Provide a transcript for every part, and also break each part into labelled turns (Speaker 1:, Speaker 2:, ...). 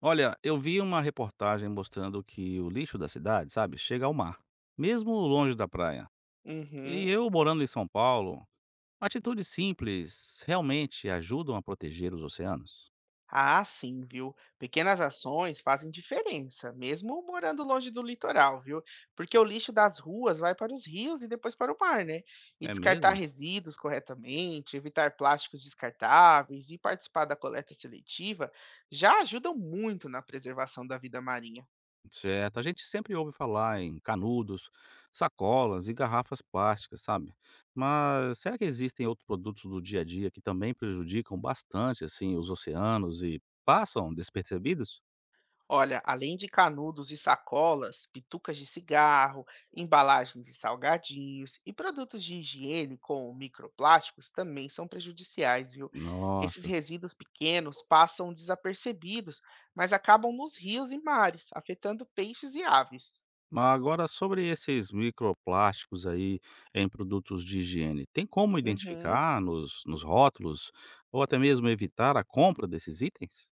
Speaker 1: Olha, eu vi uma reportagem mostrando que o lixo da cidade, sabe, chega ao mar, mesmo longe da praia.
Speaker 2: Uhum.
Speaker 1: E eu morando em São Paulo, atitudes simples realmente ajudam a proteger os oceanos?
Speaker 2: Ah, sim, viu? Pequenas ações fazem diferença, mesmo morando longe do litoral, viu? Porque o lixo das ruas vai para os rios e depois para o mar, né? E
Speaker 1: É
Speaker 2: descartar
Speaker 1: mesmo?
Speaker 2: resíduos corretamente, evitar plásticos descartáveis e participar da coleta seletiva já ajudam muito na preservação da vida marinha.
Speaker 1: Certo, a gente sempre ouve falar em canudos, sacolas e garrafas plásticas, sabe? Mas será que existem outros produtos do dia a dia que também prejudicam bastante assim os oceanos e passam despercebidos?
Speaker 2: Olha, além de canudos e sacolas, bitucas de cigarro, embalagens de salgadinhos e produtos de higiene com microplásticos também são prejudiciais, viu? Esses
Speaker 1: Nossa.
Speaker 2: resíduos pequenos passam desapercebidos, mas acabam nos rios e mares, afetando peixes e aves.
Speaker 1: Mas agora sobre esses microplásticos aí em produtos de higiene, tem como
Speaker 2: Uhum.
Speaker 1: identificar nos rótulos ou até mesmo evitar a compra desses itens?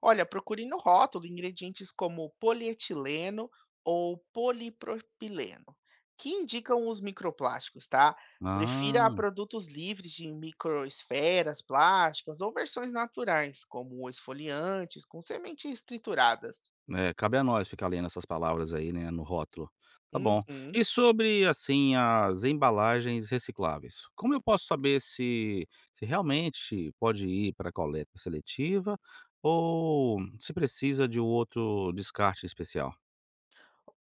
Speaker 2: Olha, procure no rótulo ingredientes como polietileno ou polipropileno, que indicam os microplásticos, tá? Prefira
Speaker 1: Ah,
Speaker 2: produtos livres de microesferas plásticas ou versões naturais, como esfoliantes com sementes trituradas.
Speaker 1: é, cabe a nós ficar lendo essas palavras aí, né, no rótulo. Tá bom.
Speaker 2: Uhum.
Speaker 1: E sobre, assim, as embalagens recicláveis, como eu posso saber se realmente pode ir para coleta seletiva ou se precisa de outro descarte especial?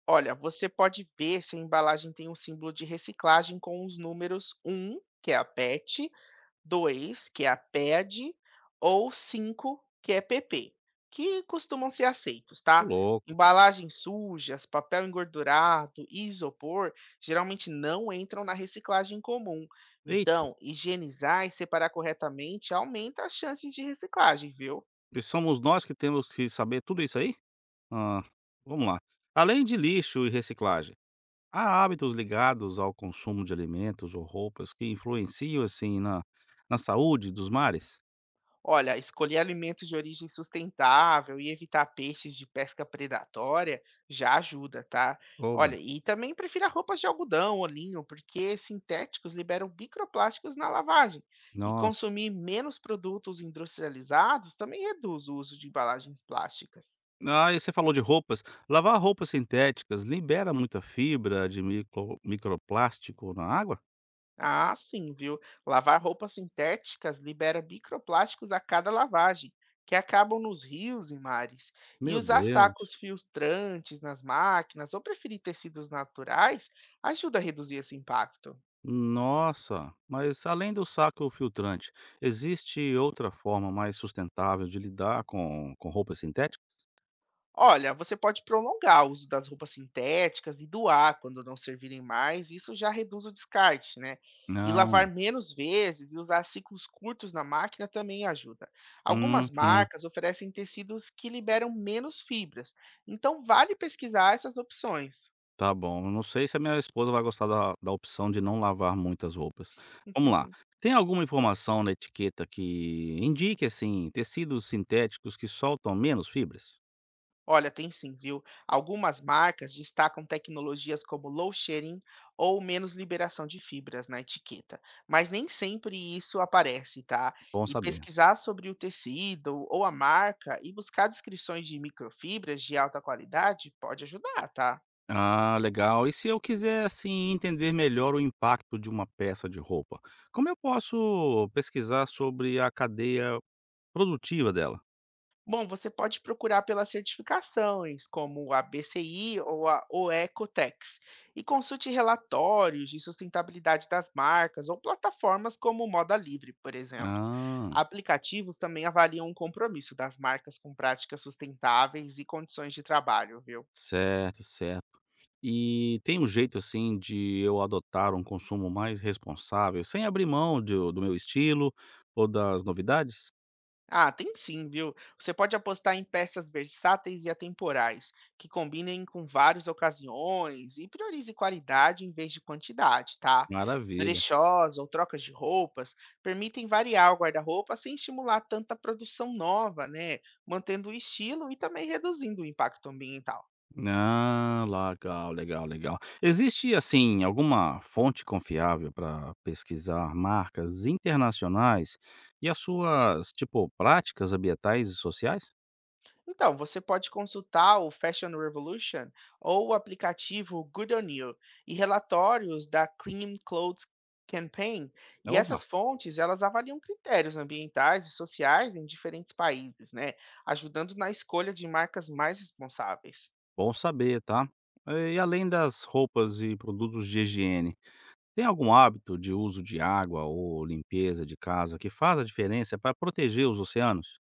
Speaker 2: Olha, você pode ver se a embalagem tem um símbolo de reciclagem com os números 1, que é a PET, 2 que é a PED, ou 5 que é PP, que costumam ser aceitos,
Speaker 1: Ô
Speaker 2: tá?
Speaker 1: louco.
Speaker 2: Embalagens sujas, papel engordurado e isopor geralmente não entram na reciclagem comum.
Speaker 1: Ei,
Speaker 2: Então, higienizar e separar corretamente aumenta as chances de reciclagem, viu?
Speaker 1: e somos nós que temos que saber tudo isso aí? Hã, vamos lá. Além de lixo e reciclagem, há hábitos ligados ao consumo de alimentos ou roupas que influenciam, assim, na saúde dos mares?
Speaker 2: Olha, escolher alimentos de origem sustentável e evitar peixes de pesca predatória já ajuda, tá?
Speaker 1: Oba.
Speaker 2: Olha, e também prefira roupas de algodão ou linho, porque sintéticos liberam microplásticos na lavagem. E
Speaker 1: Nossa.
Speaker 2: consumir menos produtos industrializados também reduz o uso de embalagens plásticas.
Speaker 1: Ah, e você falou de roupas. Lavar roupas sintéticas libera muita fibra de micro microplástico na água?
Speaker 2: Ah, sim, viu? Lavar roupas sintéticas libera microplásticos a cada lavagem, que acabam nos rios e mares. E
Speaker 1: Meu
Speaker 2: usar
Speaker 1: Deus.
Speaker 2: sacos filtrantes nas máquinas ou preferir tecidos naturais ajuda a reduzir esse impacto.
Speaker 1: Nossa. Mas além do saco filtrante, existe outra forma mais sustentável de lidar com roupas sintéticas?
Speaker 2: Olha, você pode prolongar o uso das roupas sintéticas e doar quando não servirem mais, isso já reduz o descarte, né? E
Speaker 1: Ah,
Speaker 2: lavar menos vezes e usar ciclos curtos na máquina também ajuda. Algumas
Speaker 1: uhum,
Speaker 2: marcas oferecem tecidos que liberam menos fibras, então vale pesquisar essas opções.
Speaker 1: tá bom. Eu não sei se a minha esposa vai gostar da opção de não lavar muitas roupas. Vamos lá, tem alguma informação na etiqueta que indique, assim, tecidos sintéticos que soltam menos fibras?
Speaker 2: Olha, tem sim, viu? Algumas marcas destacam tecnologias como low shedding ou menos liberação de fibras na etiqueta, mas nem sempre isso aparece, tá?
Speaker 1: Bom
Speaker 2: E
Speaker 1: saber.
Speaker 2: pesquisar sobre o tecido ou a marca e buscar descrições de microfibras de alta qualidade pode ajudar, tá?
Speaker 1: Ah, legal. E se eu quiser, assim, entender melhor o impacto de uma peça de roupa, como eu posso pesquisar sobre a cadeia produtiva dela?
Speaker 2: Bom, você pode procurar pelas certificações, como a BCI ou a OECOTEX, e consulte relatórios de sustentabilidade das marcas ou plataformas como o Moda Livre, por exemplo.
Speaker 1: Ah.
Speaker 2: Aplicativos também avaliam o compromisso das marcas com práticas sustentáveis e condições de trabalho, viu?
Speaker 1: Certo, certo. E tem um jeito, assim, de eu adotar um consumo mais responsável, sem abrir mão de do meu estilo ou das novidades?
Speaker 2: Ah, tem sim, viu? Você pode apostar em peças versáteis e atemporais, que combinem com várias ocasiões e priorize qualidade em vez de quantidade, tá?
Speaker 1: Maravilha.
Speaker 2: Brechós ou trocas de roupas permitem variar o guarda-roupa sem estimular tanta produção nova, né? Mantendo o estilo e também reduzindo o impacto ambiental.
Speaker 1: Ah, legal, legal, legal. Existe, assim, alguma fonte confiável para pesquisar marcas internacionais e as suas, tipo, práticas ambientais e sociais?
Speaker 2: Então, você pode consultar o Fashion Revolution ou o aplicativo Good On You e relatórios da Clean Clothes Campaign. E essas
Speaker 1: Oba,
Speaker 2: fontes, elas avaliam critérios ambientais e sociais em diferentes países, né? Ajudando na escolha de marcas mais responsáveis.
Speaker 1: bom saber, tá? E além das roupas e produtos de higiene, tem algum hábito de uso de água ou limpeza de casa que faz a diferença para proteger os oceanos?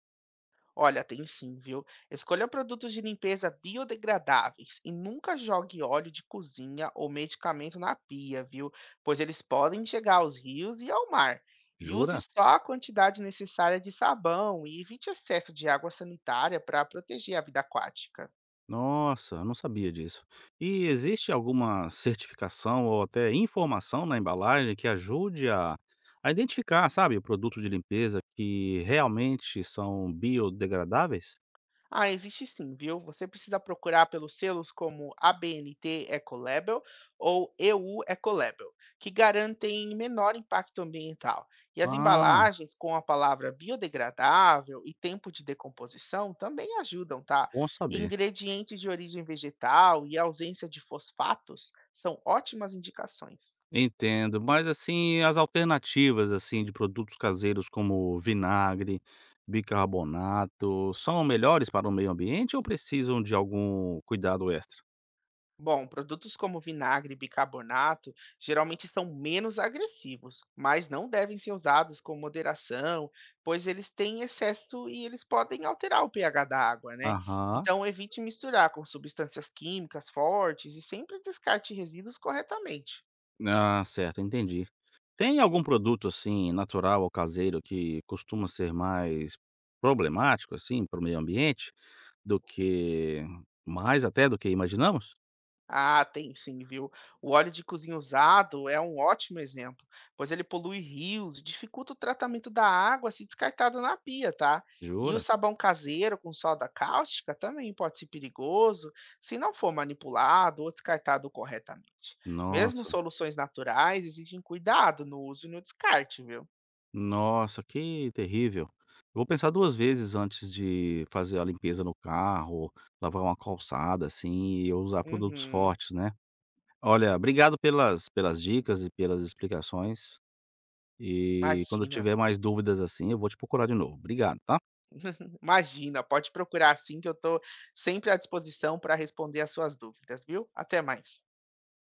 Speaker 2: Olha, tem sim, viu? Escolha produtos de limpeza biodegradáveis e nunca jogue óleo de cozinha ou medicamento na pia, viu? Pois eles podem chegar aos rios e ao mar. E use
Speaker 1: Jura?
Speaker 2: só a quantidade necessária de sabão e evite excesso de água sanitária para proteger a vida aquática.
Speaker 1: Nossa, eu não sabia disso. E existe alguma certificação ou até informação na embalagem que ajude a identificar, sabe, o produto de limpeza que realmente são biodegradáveis?
Speaker 2: Ah, existe sim, viu? Você precisa procurar pelos selos como ABNT Ecolabel ou EU Ecolabel, que garantem menor impacto ambiental. E as
Speaker 1: Ah,
Speaker 2: embalagens com a palavra biodegradável e tempo de decomposição também ajudam, tá?
Speaker 1: bom
Speaker 2: E
Speaker 1: saber.
Speaker 2: ingredientes de origem vegetal e ausência de fosfatos são ótimas indicações.
Speaker 1: Entendo, mas assim, as alternativas, assim, de produtos caseiros como vinagre, bicarbonato, são melhores para o meio ambiente ou precisam de algum cuidado extra?
Speaker 2: Bom, produtos como vinagre e bicarbonato geralmente são menos agressivos, mas não devem ser usados com moderação, pois eles têm excesso e eles podem alterar o pH da água, né?
Speaker 1: Aham.
Speaker 2: Então, evite misturar com substâncias químicas fortes e sempre descarte resíduos corretamente.
Speaker 1: Ah, certo, entendi. Tem algum produto, assim, natural ou caseiro que costuma ser mais problemático, assim, para o meio ambiente do que mais até do que imaginamos?
Speaker 2: Ah, tem sim, viu? O óleo de cozinha usado é um ótimo exemplo, pois ele polui rios e dificulta o tratamento da água se descartada na pia, tá? E o
Speaker 1: Jura?
Speaker 2: sabão caseiro com soda cáustica também pode ser perigoso se não for manipulado ou descartado corretamente. Mesmo
Speaker 1: Nossa.
Speaker 2: soluções naturais exigem cuidado no uso e no descarte, viu?
Speaker 1: Nossa, que terrível. Eu vou pensar 2 vezes antes de fazer a limpeza no carro, lavar uma calçada, assim, e eu usar produtos
Speaker 2: Uhum,
Speaker 1: fortes, né. Olha, obrigado pelas dicas e pelas explicações, e quando eu
Speaker 2: imagina,
Speaker 1: tiver mais dúvidas, assim, eu vou te procurar de novo. Obrigado, tá.
Speaker 2: imagina. Pode procurar assim que eu estou sempre à disposição para responder as suas dúvidas, viu? Até mais.